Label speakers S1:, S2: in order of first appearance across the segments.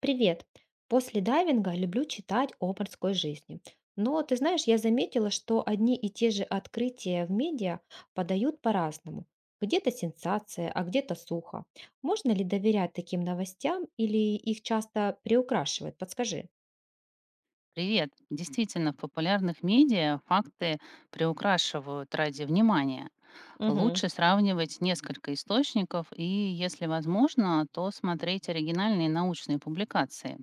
S1: Привет. После дайвинга люблю читать о морской жизни. Но ты знаешь, я заметила, что одни и те же открытия в медиа подают по-разному. Где-то сенсация, а где-то сухо. Можно ли доверять таким новостям или их часто приукрашивают? Подскажи.
S2: Привет. Действительно, в популярных медиа факты приукрашивают ради внимания.
S1: Мгм.
S2: Лучше сравнивать несколько источников и, если возможно, то смотреть оригинальные научные публикации.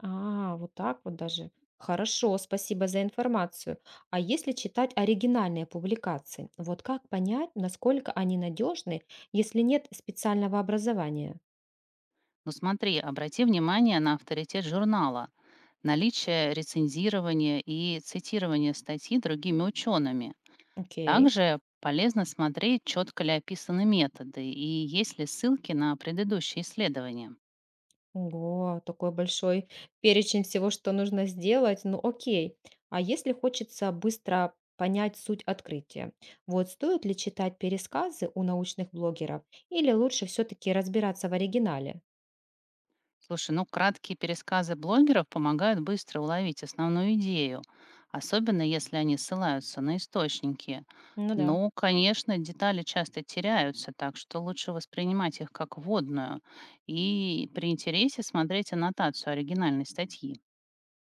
S1: А, вот так вот даже. Хорошо, спасибо за информацию. А если читать оригинальные публикации, вот как понять, насколько они надежны, если нет специального образования?
S2: Но смотри, обрати внимание на авторитет журнала, наличие рецензирования и цитирование статьи другими учеными.
S1: Окей.
S2: Также полезно смотреть, четко ли описаны методы и есть ли ссылки на предыдущие исследования.
S1: Ого, такой большой перечень всего, что нужно сделать. Ну, окей. А если хочется быстро понять суть открытия, вот стоит ли читать пересказы у научных блогеров или лучше все-таки разбираться в оригинале?
S2: Слушай, ну краткие пересказы блогеров помогают быстро уловить основную идею, особенно если они ссылаются на источники.
S1: Ну да.
S2: Ну, конечно, детали часто теряются, так что лучше воспринимать их как вводную и при интересе смотреть аннотацию оригинальной статьи.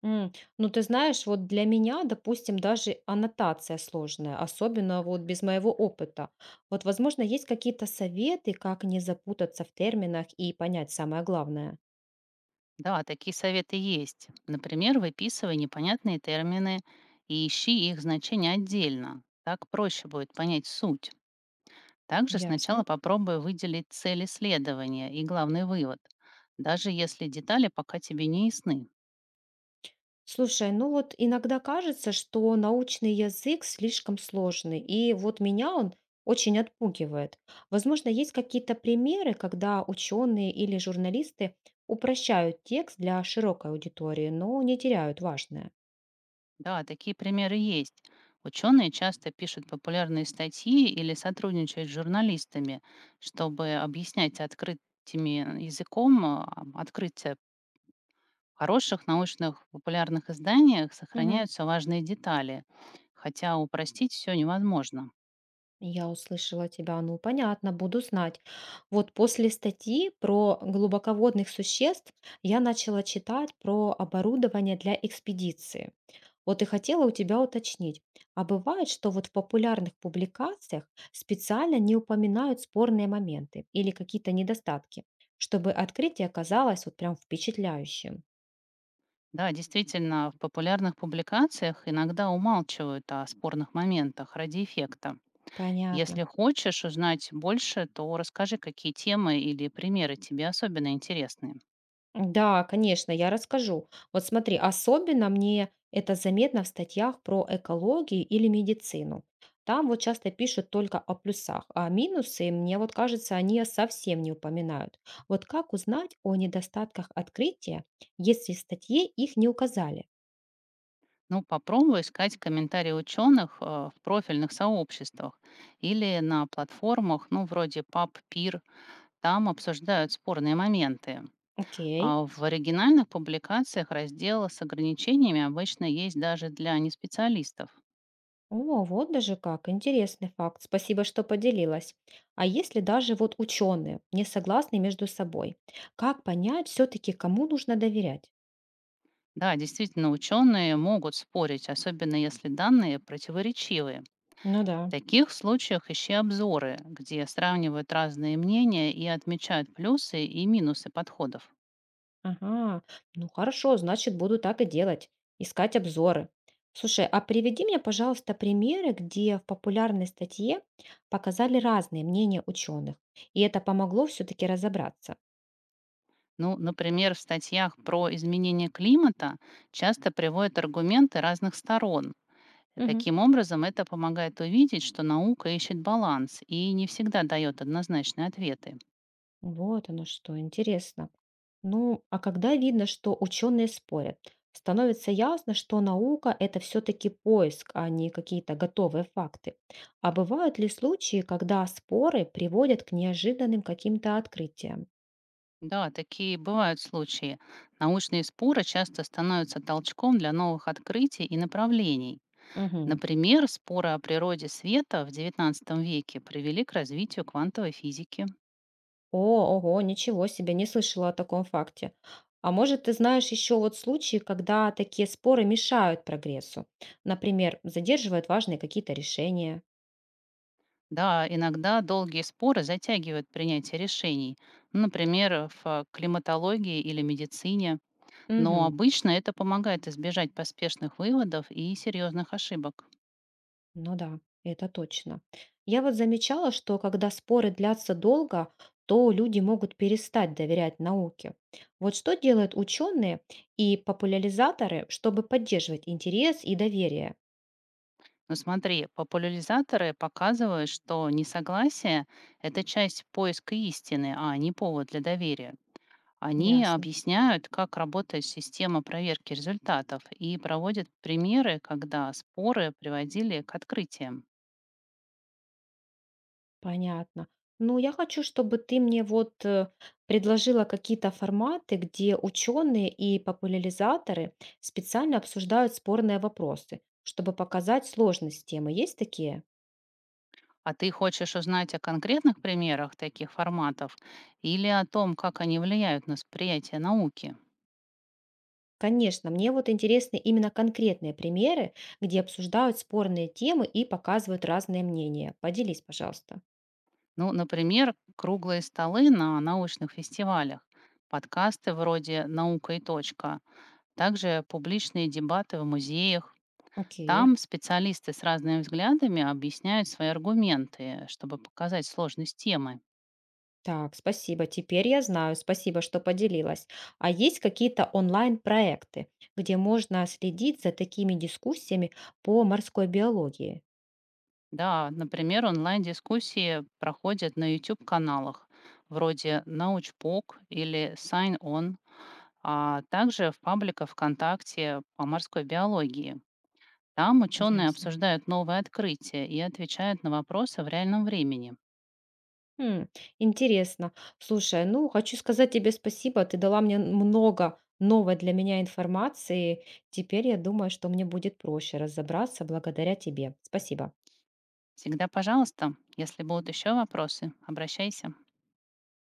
S1: М, ну, ты знаешь, вот для меня, допустим, даже аннотация сложная, особенно вот без моего опыта. Вот, возможно, есть какие-то советы, как не запутаться в терминах и понять самое главное.
S2: Да, такие советы есть. Например, выписывай непонятные термины и ищи их значение отдельно. Так проще будет понять суть. Также сначала
S1: Ясно.
S2: попробуй выделить цель исследования и главный вывод, даже если детали пока тебе не ясны.
S1: Слушай, ну вот иногда кажется, что научный язык слишком сложный, и вот меня он очень отпугивает. Возможно, есть какие-то примеры, когда ученые или журналисты упрощают текст для широкой аудитории, но не теряют важное.
S2: Да, такие примеры есть. Ученые часто пишут популярные статьи или сотрудничают с журналистами, чтобы объяснять открытыми языком открытие. В хороших научных популярных изданиях
S1: Мгм.
S2: сохраняются важные детали, хотя упростить все невозможно.
S1: Я услышала тебя, ну понятно, буду знать. Вот после статьи про глубоководных существ я начала читать про оборудование для экспедиции. Вот и хотела у тебя уточнить, а бывает, что вот в популярных публикациях специально не упоминают спорные моменты или какие-то недостатки, чтобы открытие оказалось вот прям впечатляющим?
S2: Да, действительно, в популярных публикациях иногда умалчивают о спорных моментах ради эффекта.
S1: Понятно.
S2: Если хочешь узнать больше, то расскажи, какие темы или примеры тебе особенно интересны.
S1: Да, конечно, я расскажу. Вот смотри, особенно мне это заметно в статьях про экологию или медицину. Там вот часто пишут только о плюсах, а минусы, мне вот кажется, они совсем не упоминают. Вот как узнать о недостатках открытия, если в статье их не указали?
S2: Ну, попробуй искать комментарии ученых в профильных сообществах или на платформах, ну, вроде PubPeer, там обсуждают спорные моменты.
S1: Окей.
S2: А в оригинальных публикациях разделы с ограничениями обычно есть даже для неспециалистов.
S1: О, вот даже как, интересный факт. Спасибо, что поделилась. А если даже вот ученые не согласны между собой, как понять все-таки, кому нужно доверять?
S2: Да, действительно, ученые могут спорить, особенно если данные противоречивые.
S1: Ну да.
S2: В таких случаях ищи обзоры, где сравнивают разные мнения и отмечают плюсы и минусы подходов.
S1: Ага, ну хорошо, значит, буду так и делать, искать обзоры. Слушай, а приведи мне, пожалуйста, примеры, где в популярной статье показали разные мнения ученых, и это помогло все-таки разобраться.
S2: Ну, например, в статьях про изменение климата часто приводят аргументы разных сторон. И
S1: Мгм.
S2: таким образом, это помогает увидеть, что наука ищет баланс и не всегда дает однозначные ответы.
S1: Вот оно что, интересно. Ну, а когда видно, что ученые спорят, становится ясно, что наука — это все-таки поиск, а не какие-то готовые факты. А бывают ли случаи, когда споры приводят к неожиданным каким-то открытиям?
S2: Да, такие бывают случаи. Научные споры часто становятся толчком для новых открытий и направлений.
S1: Мгм.
S2: Например, споры о природе света в XIX веке привели к развитию квантовой физики.
S1: О, ого, ничего себе, не слышала о таком факте. А может, ты знаешь еще вот случаи, когда такие споры мешают прогрессу? Например, задерживают важные какие-то решения.
S2: Да, иногда долгие споры затягивают принятие решений, ну, например, в климатологии или медицине, но
S1: Мгм.
S2: обычно это помогает избежать поспешных выводов и серьезных ошибок.
S1: Ну да, это точно. Я вот замечала, что когда споры длятся долго, то люди могут перестать доверять науке. Вот что делают ученые и популяризаторы, чтобы поддерживать интерес и доверие?
S2: Ну смотри, популяризаторы показывают, что несогласие — это часть поиска истины, а не повод для доверия. Они
S1: Ясно.
S2: объясняют, как работает система проверки результатов и проводят примеры, когда споры приводили к открытиям.
S1: Понятно. Ну, я хочу, чтобы ты мне вот предложила какие-то форматы, где ученые и популяризаторы специально обсуждают спорные вопросы, чтобы показать сложность темы. Есть такие?
S2: А ты хочешь узнать о конкретных примерах таких форматов или о том, как они влияют на восприятие науки?
S1: Конечно, мне вот интересны именно конкретные примеры, где обсуждают спорные темы и показывают разные мнения. Поделись, пожалуйста.
S2: Ну, например, круглые столы на научных фестивалях, подкасты вроде «Наука и точка», также публичные дебаты в музеях.
S1: Окей.
S2: Там специалисты с разными взглядами объясняют свои аргументы, чтобы показать сложность темы.
S1: Так, спасибо. Теперь я знаю. Спасибо, что поделилась. А есть какие-то онлайн-проекты, где можно следить за такими дискуссиями по морской биологии?
S2: Да, например, онлайн-дискуссии проходят на YouTube-каналах вроде «Научпок» или «Sign On», а также в пабликах ВКонтакте по морской биологии. Там ученые
S1: Ясно.
S2: обсуждают новые открытия и отвечают на вопросы в реальном времени.
S1: М, интересно. Слушай, ну, хочу сказать тебе спасибо. Ты дала мне много новой для меня информации. Теперь я думаю, что мне будет проще разобраться благодаря тебе. Спасибо.
S2: Всегда, пожалуйста, если будут еще вопросы, обращайся.